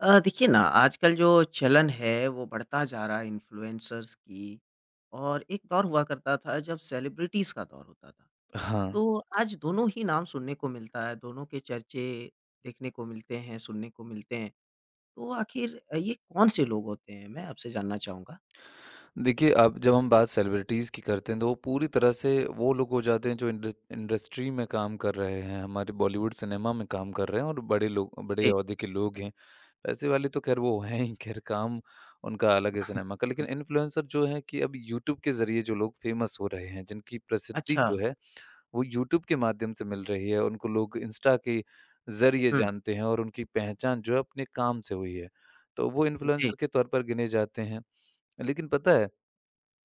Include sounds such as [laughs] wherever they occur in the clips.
देखिए ना आजकल जो चलन है वो बढ़ता जा रहा है इन्फ्लुएंसर्स की और एक दौर हुआ करता था जब सेलिब्रिटीज़ का दौर होता था। हाँ, तो आज दोनों ही नाम सुनने को मिलता है, दोनों के चर्चे देखने को मिलते हैं, सुनने को मिलते हैं। तो आखिर ये कौन से लोग होते हैं? मैं आपसे जानना चाहूँगा। देखिए अब जब हम बात सेलिब्रिटीज़ की करते हैं तो वो पूरी तरह से वो लोग हो जाते हैं जो इंडस्ट्री में काम कर रहे हैं, हमारे बॉलीवुड सिनेमा में काम कर रहे हैं और बड़े जी, ओहदे के लोग हैं। पैसे वाले तो ख़ैर वो हैं ही, ख़ैर काम उनका अलग है सिनेमा का, बिल्कुल। लेकिन इन्फ्लुएंसर जो है कि अब यूट्यूब के ज़रिए जो लोग फ़ेमस हो रहे हैं, जिनकी प्रसिद्धि अच्छा। जो है वो यूट्यूब के माध्यम से मिल रही है, उनको लोग इंस्टा के ज़रिए हुँ, जानते हैं और उनकी पहचान जो है अपने काम से हुई है। तो वो जी। इन्फ्लुएंसर के तौर पर गिने जाते हैं। लेकिन पता है,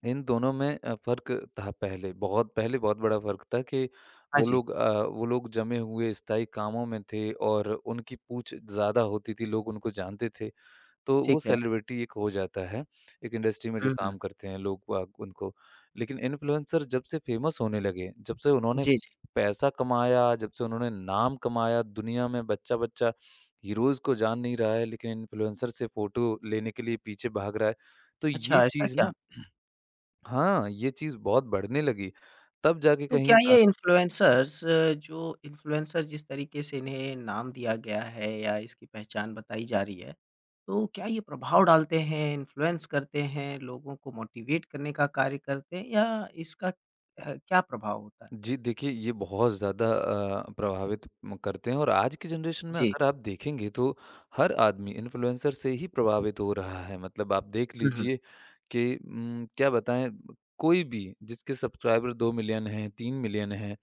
इन दोनों में फ़र्क था पहले बहुत बड़ा फ़र्क था कि हाँ वो जी, लोग अ, वो लोग जमे हुए स्थायी कामों में थे और उनकी पूछ ज़्यादा होती थी, लोग उनको जानते थे, तो वो ठीक है। सेलिब्रिटी एक हो जाता है, एक इंडस्ट्री में जो हुँ, हुँ। काम करते हैं लोग वाग उनको। लेकिन इन्फ्लुएंसर जब से फेमस होने लगे, जब से उन्होंने जी, जी। पैसा कमाया, जब से उन्होंने नाम कमाया, दुनिया में बच्चा-बच्चा हीरोज़ को जान नहीं रहा है, लेकिन इन्फ्लुएंसर से फ़ोटो लेने के लिए पीछे भाग रहा है। तो ये अच्छा, ऐसा चीज़ ना, क्या? हाँ, ये चीज़ बहुत बढ़ने लगी। तब जाके तो कहीं क्या ये इन्फ्लुएंसर्स, जो इन्फ्लुएंसर जिस तरीके से इन्हें नाम दिया गया है या इसकी पहचान बताई जा रही है, तो क्या ये प्रभाव डालते हैं, इन्फ्लुएंस करते हैं, लोगों को मोटिवेट करने का कार्य करते हैं या इसका क्या प्रभाव होता है? जी देखिए ये बहुत ज़्यादा प्रभावित म करते हैं और आज की जनरेशन में जी। अगर आप देखेंगे तो हर आदमी इन्फ्लुएंसर से ही प्रभावित हो रहा है। मतलब आप देख हुँ, हुँ। लीजिए कि क्या बताएँ, कोई भी जिसके सब्सक्राइबर 2 मिलियन हैं, 3 मिलियन हैं,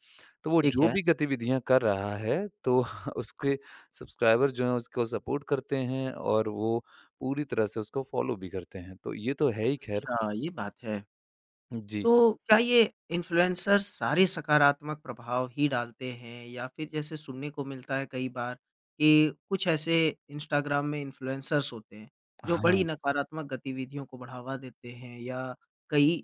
तो वो ठीक जो है। भी गतिविधियाँ कर रहा है तो [laughs] उसके सब्सक्राइबर जो हैं उसको सपोर्ट करते हैं और वो पूरी तरह से उसको फॉलो भी करते हैं। तो ये तो है ही खैर। अच्छा, ये बात है। जी। तो क्या ये इन्फ्लुएंसर सारे सकारात्मक प्रभाव ही डालते हैं या फिर जैसे सुनने को मिलता है कई बार कि कुछ ऐसे इंस्टाग्राम में इन्फ्लुएंसर्स होते हैं जो हाँ, बड़ी नकारात्मक गतिविधियों को बढ़ावा देते हैं या कई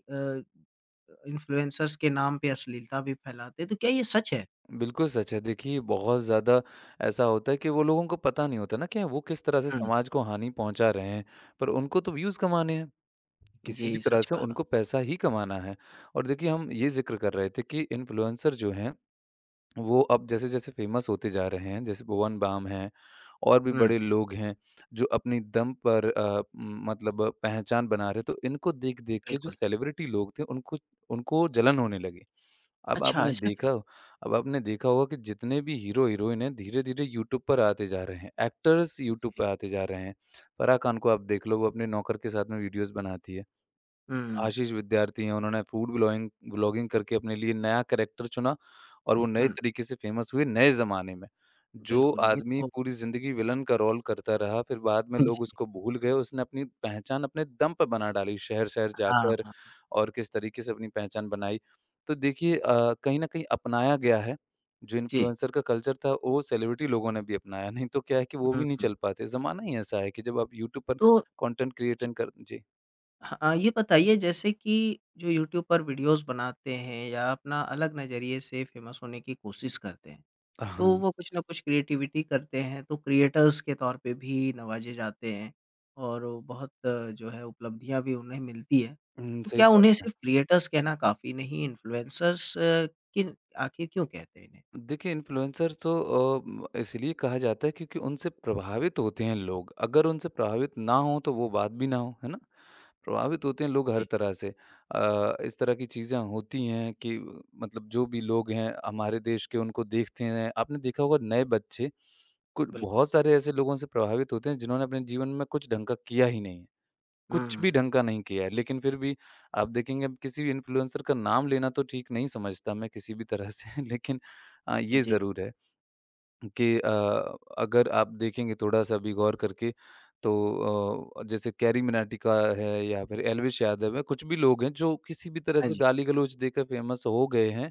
इन्फ्लुएंसर्स के नाम पे अश्लीलता भी फैलाते हैं तो क्या ये सच है? बिल्कुल सच है। देखिए, बहुत ज़्यादा ऐसा होता है कि वो लोगों को पता नहीं होता ना कि वो किस तरह से हुँ, समाज को हानि पहुँचा रहे हैं, पर उनको तो व्यूज़ कमाने हैं। किसी भी जी, तरह सच से कहा। उनको पैसा ही कमाना है। और देखिए, हम ये ज़िक्र कर रहे थे कि इन्फ्लुएंसर जो हैं, वो अब जैसे-जैसे फ़ेमस होते जा रहे हैं, जैसे भुवन बाम हैं और भी हुँ, बड़े लोग हैं, जो अपनी दम पर मतलब पहचान बना रहे, तो इनको देख-देख के जो बिल्कुल। सेलिब्रिटी लोग थे, उनको उनको जलन होने लगी। अब अच्छा आपने ऐसा क्या? देखा अब आपने देखा होगा कि जितने भी हीरो-हीरोइन हैं, धीरे-धीरे यूट्यूब पर आते जा रहे हैं। एक्टर्स यूट्यूब पे जी। आते जा रहे हैं। फ़राह खान को आप देख लो, वो अपने नौकर के साथ में वीडियोज़ बनाती है। हुँ, आशीष विद्यार्थी हैं, उन्होंने फूड ब्लॉगिंग ब्लॉगिंग करके अपने लिए नया कैरेक्टर चुना और वो नए हुँ, तरीके से फेमस हुए नए ज़माने में। जो बिल्कुल ये आदमी तो पूरी ज़िंदगी विलन का रोल करता रहा, फिर बाद में जी, लोग उसको भूल गए, उसने अपनी पहचान अपने दम पे बना डाली, शहर-शहर हाँ, जाकर हाँ। और किस तरीके से अपनी पहचान बनाई। तो देखिए कहीं न कहीं अपनाया गया है, जो जी, इन्फ्लुएंसर का कल्चर था वो सेलिब्रिटी लोगों ने भी अपनाया, नहीं तो क्या है कि वो हुँ, भी नहीं हुँ, चल पाते, ज़माना ही ऐसा है कि जब आप यूट्यूब पर तो कंटेंट क्रिएटिंग कर। हाँ, ये बताइए जैसे कि जो यूट्यूब पर वीडियोज़ बनाते हैं या अपना अलग नज़रिए से फ़ेमस होने की कोशिश करते हैं, तो जी। वो कुछ ना कुछ क्रिएटिविटी करते हैं, तो क्रिएटर्स के तौर पे भी नवाजे जाते हैं और वो बहुत जो है उपलब्धियाँ भी उन्हें मिलती हैं। हुँ, तो सही क्या उन्हें बात है। सिर्फ़ क्रिएटर्स कहना काफ़ी नहीं, इन्फ्लुएंसर्स किन आखिर क्यों कहते हैं इन्हें? देखिए इन्फ्लुएंसर्स तो इसलिए कहा जाता है क्योंकि उनसे प्रभावित होते हैं लोग, अगर उनसे प्रभावित ना हों तो वो बात भी ना हो, है ना? प्रभावित होते हैं लोग हर जी, तरह से। इस तरह की चीज़ें होती हैं कि मतलब जो भी लोग हैं हमारे देश के उनको देखते हैं, आपने देखा होगा नए बच्चे, कुछ बिल्कुल। बहुत सारे ऐसे लोगों से प्रभावित होते हैं जिन्होंने अपने जीवन में कुछ ढंग का किया ही नहीं। है। हुँ, कुछ भी हुँ, ढंग का नहीं किया है। लेकिन फिर भी आप देखेंगे अब किसी भी इन्फ्लुएंसर का नाम लेना तो ठीक नहीं समझता मैं किसी भी तरह से [laughs] लेकिन हुँ। ये जी। ज़रूर है कि अगर आप देखेंगे थोड़ा-सा भी गौर करके तो जैसे कैरी मिनाटी का है या फिर एल्विश यादव है, कुछ भी लोग हैं जो किसी भी तरह हाँ से जी। गाली-गलौच देकर फ़ेमस हो गए हैं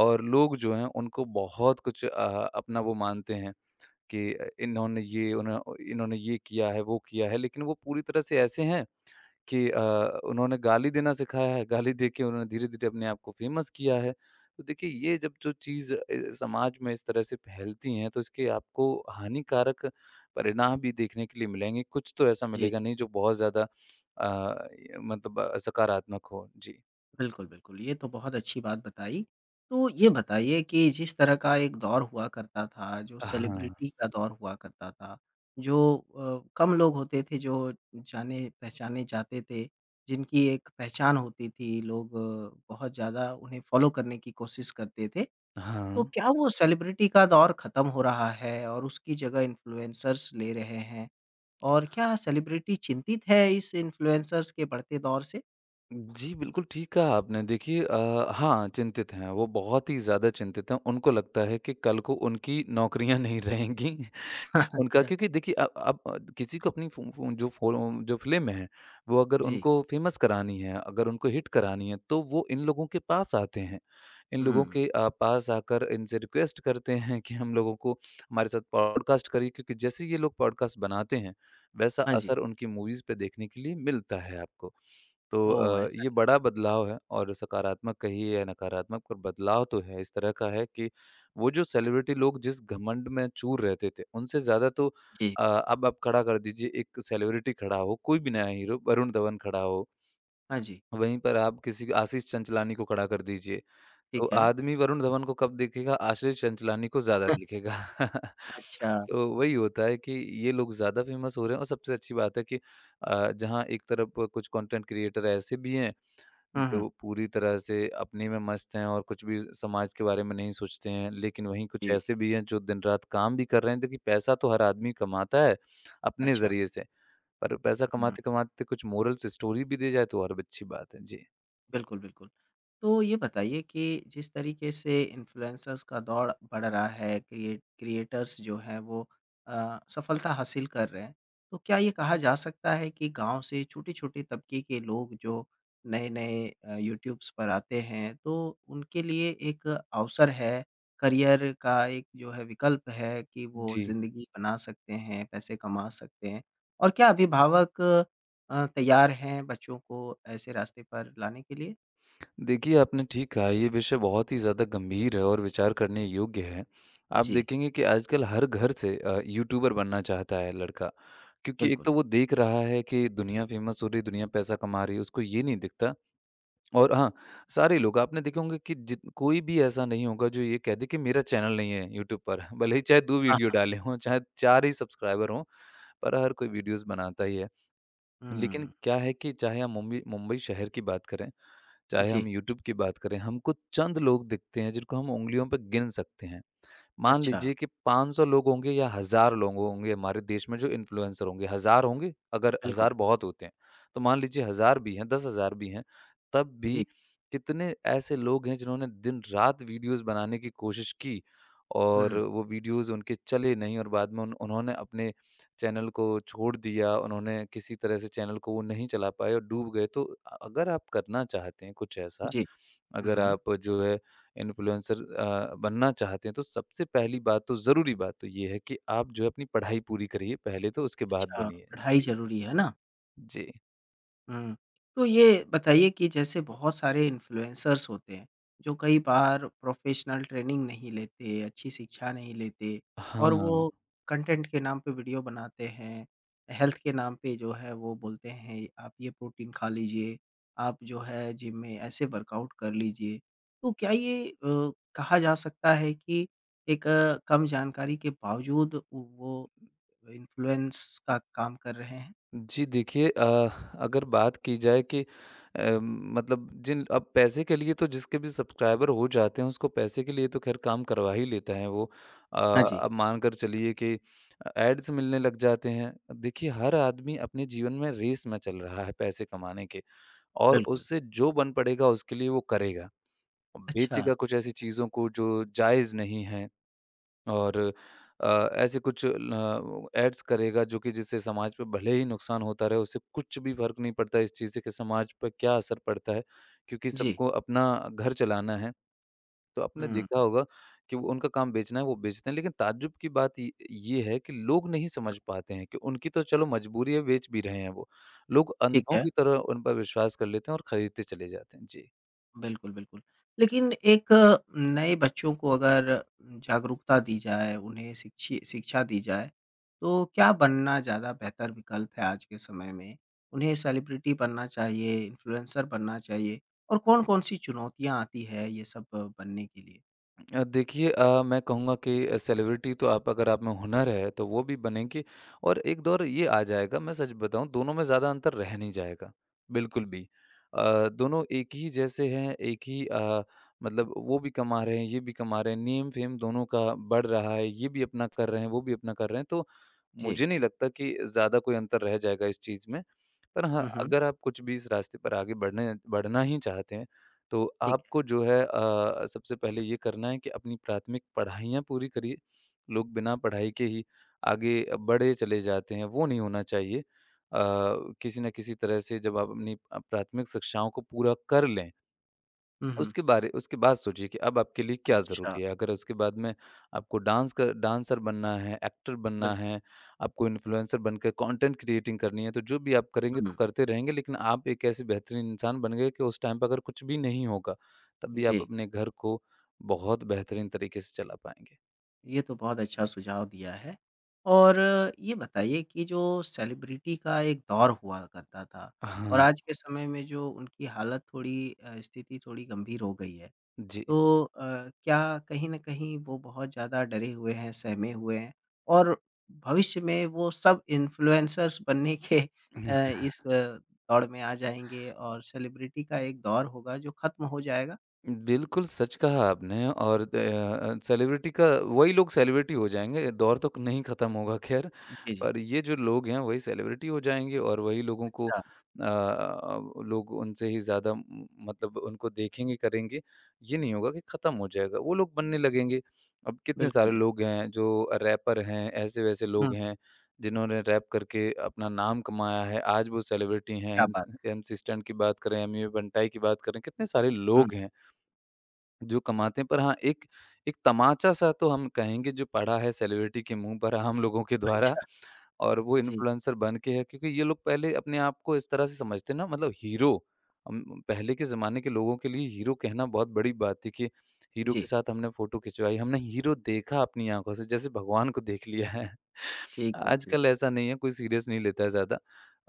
और लोग जो हैं उनको बहुत कुछ अपना वो मानते हैं कि इन्होंने ये किया है, वो किया है। लेकिन वो पूरी तरह से ऐसे हैं कि उन्होंने गाली देना सिखाया है, गाली देके उन्होंने धीरे-धीरे अपने आप को फ़ेमस किया है। तो देखिए ये जब जो चीज़ समाज में इस तरह से फैलती हैं तो इसके आपको हानिकारक परिणाम भी देखने के लिए मिलेंगे। कुछ तो ऐसा जी। मिलेगा नहीं जो बहुत ज़्यादा अ, सकारात्मक हो। जी। बिल्कुल, बिल्कुल। ये तो बहुत अच्छी बात बताई। तो ये बताइए कि जिस तरह का एक दौर हुआ करता था, जो हाँ, सेलिब्रिटी का दौर हुआ करता था, जो कम लोग होते थे जो जाने-पहचाने जाते थे, जिनकी एक पहचान होती थी, लोग बहुत ज़्यादा उन्हें फ़ॉलो करने की कोशिश करते थे। तो हाँ। क्या वो सेलिब्रिटी का दौर ख़त्म हो रहा है और उसकी जगह इन्फ्लुएंसर्स ले रहे हैं? और क्या सेलिब्रिटी चिंतित है इस इन्फ्लुएंसर्स के बढ़ते दौर से? जी, बिल्कुल ठीक कहा आपने। देखिए हाँ, चिंतित हैं, वो बहुत ही ज़्यादा चिंतित हैं। उनको लगता है कि कल को उनकी नौकरियाँ नहीं रहेंगी। [laughs] [laughs] उनका अच्छा। क्योंकि देखिए अब किसी को अपनी फ़ो फ़ो जो फ़िल्म है, वो अगर जी। उनको फ़ेमस करानी है, अगर उनको हिट करानी है, तो वो इन लोगों के पास आते हैं। इन लोगों हुँ। के पास आकर इनसे रिक्वेस्ट करते हैं कि हम लोगों को हमारे साथ पॉडकास्ट करिए क्योंकि जैसे ये लोग पॉडकास्ट बनाते हैं, वैसा हाँ जी। असर उनकी मूवीज़ पे देखने के लिए मिलता है आपको। तो ओह! ऐसा ये बड़ा बदलाव है और सकारात्मक कहिए या नकारात्मक पर बदलाव तो है, इस तरह का है कि वो जो सेलिब्रिटी लोग जिस घमंड में चूर रहते थे उनसे ज़्यादा तो जी। अब आप खड़ा कर दीजिए, एक सेलिब्रिटी खड़ा हो, कोई भी नया हीरो वरुण धवन खड़ा हो, हाँ जी, वहीं पर आप किसी आशीष चंचलानी को खड़ा कर दीजिए, तो ठीक है। आदमी वरुण धवन को कब देखेगा, आशीष चंचलानी को ज़्यादा देखेगा। [laughs] अच्छा। तो वही होता है कि ये लोग ज़्यादा फेमस हो रहे हैं और सबसे अच्छी बात है कि जहाँ एक तरफ कुछ कंटेंट क्रिएटर ऐसे भी हैं हुँ, हुँ। जो पूरी तरह से अपने में मस्त हैं और कुछ भी समाज के बारे में नहीं सोचते हैं। लेकिन वहीं कुछ जी, ऐसे भी हैं जो दिन-रात काम भी कर रहे हैं। देखिए पैसा तो हर आदमी कमाता है अपने अच्छा। ज़रिए से, पर पैसा हुँ, हुँ। कमाते-कमाते कुछ मोरल्स स्टोरी भी दी जाए तो और भी अच्छी बात है। जी। बिल्कुल, बिल्कुल। तो ये बताइए कि जिस तरीके से इन्फ्लुएंसर्स का दौर बढ़ रहा है, क्रिएटर्स जो हैं वो सफलता हासिल कर रहे हैं। तो क्या ये कहा जा सकता है कि गाँव से छोटे-छोटे तबके के लोग जो नए-नए यूट्यूब्स पर आते हैं, तो उनके लिए एक अवसर है, करियर का एक जो है विकल्प है कि वो जी। ज़िंदगी बना सकते हैं, पैसे कमा सकते हैं? और क्या अभिभावक तैयार हैं बच्चों को ऐसे रास्ते पर लाने के लिए? देखिए आपने ठीक कहा, ये विषय बहुत ही ज़्यादा गंभीर है और विचार करने योग्य है। आप जी, देखेंगे कि आजकल हर घर से यूट्यूबर बनना चाहता है लड़का। क्योंकि एक बिल्कुल। तो वो देख रहा है कि दुनिया फ़ेमस हो रही है, दुनिया पैसा कमा रही है, उसको ये नहीं दिखता और हाँ, सारे लोग आपने देखे होंगे कि जित कोई भी ऐसा नहीं होगा जो ये कह दे कि मेरा चैनल नहीं है यूट्यूब पर। [laughs] भले ही चाहे 2 हाँ, वीडियो हाँ। डाले हों, चाहे 4 ही सब्सक्राइबर हों, पर हर कोई वीडियोज़ बनाता ही है। लेकिन हुँ, क्या है कि चाहे हम मुंबई मुंबई शहर की बात करें, चाहे हम जी, यूट्यूब की बात करें, हमको चंद लोग दिखते हैं जिनको हम उँगलियों पे गिन सकते हैं। मान अच्छा, लीजिए कि 500 लोग होंगे या हज़ार लोग होंगे हमारे देश में जो इन्फ्लुएंसर होंगे, हज़ार होंगे? अगर बिल्कुल, हज़ार बहुत होते हैं, तो मान लीजिए हज़ार भी हैं, 10,000 भी हैं, तब भी जी, कितने ऐसे लोग हैं जिन्होंने दिन-रात वीडियोज़ बनाने की कोशिश की और हुँ, वो वीडियोज़ उनके चले नहीं और बाद में उन उन्होंने अपने चैनल को छोड़ दिया, उन्होंने किसी तरह से चैनल को वो नहीं चला पाए और डूब गए। तो अगर आप करना चाहते हैं कुछ ऐसा, जी, हुँ, अगर हुँ। आप जो है इन्फ्लुएंसर बनना चाहते हैं तो सबसे पहली बात, तो ज़रूरी बात तो ये है कि आप जो है अपनी पढ़ाई पूरी करिए पहले, तो उसके बाद अच्छा, बनिए। पढ़ाई जी, ज़रूरी है ना? जी। हुँ। तो ये बताइए कि जैसे बहुत सारे इन्फ्लुएंसर्स होते हैं, जो कई बार प्रोफ़ेशनल ट्रेनिंग नहीं लेते, अच्छी शिक्षा नहीं लेते और वो हाँ। कंटेंट के नाम पे वीडियो बनाते हैं, हेल्थ के नाम पे जो है वो बोलते हैं, आप ये प्रोटीन खा लीजिए, आप जो है जिम में ऐसे वर्कआउट कर लीजिए। तो क्या ये कहा जा सकता है कि एक कम जानकारी के बावजूद वो इन्फ्लुएंस का काम कर रहे हैं? जी देखिए अगर बात की जाए कि मतलब जिन अब पैसे के लिए तो जिसके भी सब्सक्राइबर हो जाते हैं उसको पैसे के लिए तो खैर काम करवा ही लेता है वो। अ, हाँ जी, अब मान कर चलिए कि एड्स मिलने लग जाते हैं, देखिए हर आदमी अपने जीवन में रेस में चल रहा है पैसे कमाने के, और बिल्कुल। उससे जो बन पड़ेगा उसके लिए वो करेगा, अच्छा। बेचेगा कुछ ऐसी चीज़ों को जो जायज़ नहीं है और ऐसे कुछ ल एड्स करेगा जो कि जिससे समाज पे भले ही नुकसान होता रहे, उससे कुछ भी फ़र्क नहीं पड़ता इस चीज़ से कि समाज पर क्या असर पड़ता है, क्योंकि जी। सबको अपना घर चलाना है। तो आपने हुँ, देखा होगा कि वो उनका काम बेचना है, वो बेचते हैं, लेकिन ताज्जुब की बात ये है कि लोग नहीं समझ पाते हैं कि उनकी तो चलो मजबूरी है, बेच भी रहे हैं वो। लोग ठीक अंधों है। की तरह उन पर विश्वास कर लेते हैं और खरीदते चले जाते हैं। जी। बिल्कुल, बिल्कुल। लेकिन एक नए बच्चों को अगर जागरूकता दी जाए, उन्हें शिक्षी शिक्षा दी जाए, तो क्या बनना ज़्यादा बेहतर विकल्प है आज के समय में? उन्हें सेलिब्रिटी बनना चाहिए, इन्फ्लुएंसर बनना चाहिए और कौन-कौन सी चुनौतियाँ आती है ये सब बनने के लिए? देखिए मैं कहूँगा कि सेलिब्रिटी तो आप, अगर आप में हुनर है तो वो भी बनेंगे और एक दौर ये आ जाएगा, मैं सच बताऊँ, दोनों में ज़्यादा अंतर रह नहीं जाएगा, बिल्कुल भी। अ, दोनों एक ही जैसे हैं, एक ही मतलब वो भी कमा रहे हैं, ये भी कमा रहे हैं, नेम-फेम दोनों का बढ़ रहा है, ये भी अपना कर रहे हैं, वो भी अपना कर रहे हैं, तो जी। मुझे नहीं लगता कि ज़्यादा कोई अंतर रह जाएगा इस चीज़ में। पर हाँ, हुँ, हुँ, अगर आप कुछ भी इस रास्ते पर आगे बढ़ने बढ़ना ही चाहते हैं तो ठीक है। आपको जो है सबसे पहले ये करना है कि अपनी प्राथमिक पढ़ाइयाँ पूरी करिए। लोग बिना पढ़ाई के ही आगे बढ़े चले जाते हैं, वो नहीं होना चाहिए। किसी न किसी तरह से जब आप अपनी प्राथमिक शिक्षाओं को पूरा कर लें हुँ, हुँ। उसके बाद सोचिए कि अब आपके लिए क्या अच्छा, ज़रूरी है। अगर उसके बाद में आपको डांसर बनना है, एक्टर बनना बिल्कुल। है, आपको इन्फ्लुएंसर बनकर कंटेंट क्रिएटिंग करनी है, तो जो भी आप करेंगे तो हुँ, करते रहेंगे। लेकिन आप एक ऐसे बेहतरीन इंसान बन गए कि उस टाइम पे अगर कुछ भी नहीं होगा, तब भी आप जी। अपने घर को बहुत बेहतरीन तरीके से चला पाएँगे। ये तो बहुत अच्छा सुझाव दिया है। और ये बताइए कि जो सेलिब्रिटी का एक दौर हुआ करता था और हाँ, हुँ। आज के समय में जो उनकी हालत थोड़ी स्थिति थोड़ी गंभीर हो गई है। जी। तो क्या कहीं न कहीं वो बहुत ज़्यादा डरे हुए हैं, सहमे हुए हैं और भविष्य में वो सब इन्फ्लुएंसर्स बनने के इस दौड़ में आ जाएँगे और सेलिब्रिटी का एक दौर होगा जो ख़त्म हो जाएगा? बिल्कुल सच कहा आपने और सेलिब्रिटी का वही लोग सेलिब्रिटी हो जाएँगे, दौर तो नहीं खत्म होगा खैर। जी, जी। पर ये जो लोग हैं वही सेलिब्रिटी हो जाएँगे और वही लोगों को अच्छा, लोग उनसे ही ज़्यादा म मतलब उनको देखेंगे, करेंगे। ये नहीं होगा कि ख़त्म हो जाएगा, वो लोग बनने लगेंगे। अब कितने बिल्कुल, सारे बिल्कुल। लोग हैं जो रैपर हैं, ऐसे-वैसे लोग हुँ, हैं जिन्होंने रैप करके अपना नाम कमाया है, आज वो सेलिब्रिटी हैं। क्या एम बात! एमसी स्टैन की बात करें, एमी बंटाई की बात करें, कितने सारे हुँ, लोग हैं जो कमाते हैं। पर हाँ, एक एक तमाचा-सा तो हम कहेंगे जो पड़ा है सेलिब्रिटी के मुँह पर हम लोगों के द्वारा, अच्छा, और वो जी। इन्फ्लुएंसर बन के है क्योंकि ये लोग पहले अपने आप को इस तरह से समझते हैं ना, मतलब हीरो। पहले के ज़माने के लोगों के लिए हीरो कहना बहुत बड़ी बात थी कि हीरो के जी, साथ हमने फ़ोटो खिंचवाई, हमने हीरो देखा अपनी आँखों से जैसे भगवान को देख लिया है। ठीक है, ठीक, आजकल ऐसा नहीं है, कोई सीरियस नहीं लेता है ज़्यादा,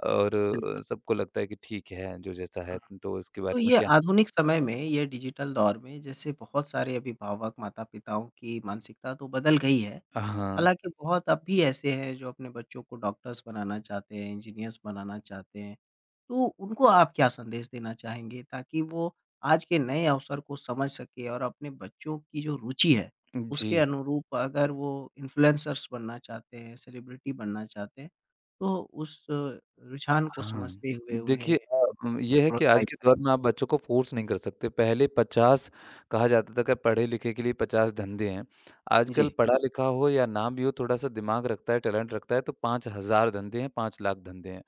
और बिल्कुल। सबको लगता है कि ठीक है जो जैसा हुँ। है। तो इसके तो बारे में ये क्या? आधुनिक समय में, ये डिजिटल दौर में जैसे बहुत सारे अभिभावक, माता-पिताओं की मानसिकता तो बदल गई है। हाँ, हालाँकि बहुत अब भी ऐसे हैं जो अपने बच्चों को डॉक्टर्स बनाना चाहते हैं, इंजीनियर्स बनाना चाहते हैं। तो उनको आप क्या संदेश देना चाहेंगे ताकि वो आज के नए अवसर को समझ सके और अपने बच्चों की जो रुचि है, जी। उसके अनुरूप अगर वो इन्फ्लुएंसर्स बनना चाहते हैं, सेलिब्रिटी बनना चाहते हैं, तो उस रुझान को हाँ, समझते हुए उन्हें देखिए, ये है कि आज प्रोत्साहित के करें? दौर में आप बच्चों को फ़ोर्स नहीं कर सकते। पहले 50 कहा जाता था कि पढ़े-लिखे के लिए 50 धंधे हैं। आजकल जी, पढ़ा लिखा हो या ना भी हो थोड़ा-सा दिमाग रखता है, टैलेंट रखता है तो 5000 धंधे हैं, 5 लाख धंधे हैं।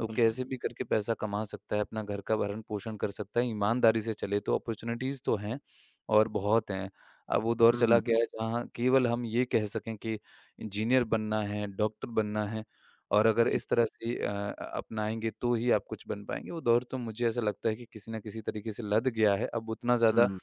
वो बिल्कुल। कैसे भी करके पैसा कमा सकता है, अपना घर का भरण-पोषण कर सकता है, ईमानदारी से चले तो अपॉर्च्युनिटीज़ तो हैं, और बहुत हैं। अब वो दौर हुँ, चला हुँ। गया है जहाँ केवल हम ये कह सकें कि इंजीनियर बनना है, डॉक्टर बनना है, और अगर जी, इस तरह से अपनाएँगे तो ही आप कुछ बन पाएँगे। वो दौर तो मुझे ऐसा लगता है कि किसी न किसी तरीके से लद गया है। अब उतना हुँ, ज़्यादा हुँ।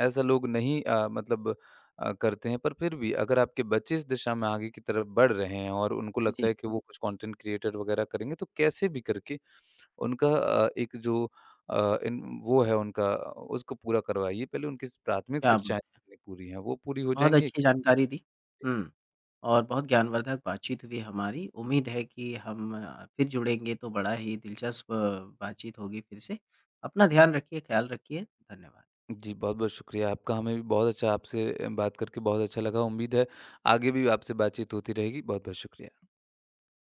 ऐसा लोग नहीं मतलब करते हैं, पर फिर भी अगर आपके बच्चे इस दिशा में आगे की तरफ बढ़ रहे हैं और उनको लगता जी, है कि वो कुछ कंटेंट क्रिएटर वगैरह करेंगे तो कैसे भी करके उनका एक जो इन वो है उनका, उसको पूरा करवाइए। पहले उनकी प्राथमिक क्या शिक्षाएँ बात, जितनी पूरी हैं वो पूरी हो बहुत जाएँगी। अच्छी जानकारी दी। हुँ, और बहुत ज्ञानवर्धक बातचीत हुई हमारी। उम्मीद है कि हम फिर जुड़ेंगे तो बड़ा ही दिलचस्प बातचीत होगी फिर से। अपना ध्यान रखिए, ख़्याल रखिए। धन्यवाद। जी, बहुत-बहुत शुक्रिया आपका। हमें भी बहुत अच्छा, आपसे बात करके बहुत अच्छा लगा। उम्मीद है आगे भी आपसे बातचीत होती रहेगी। बहुत-बहुत शुक्रिया।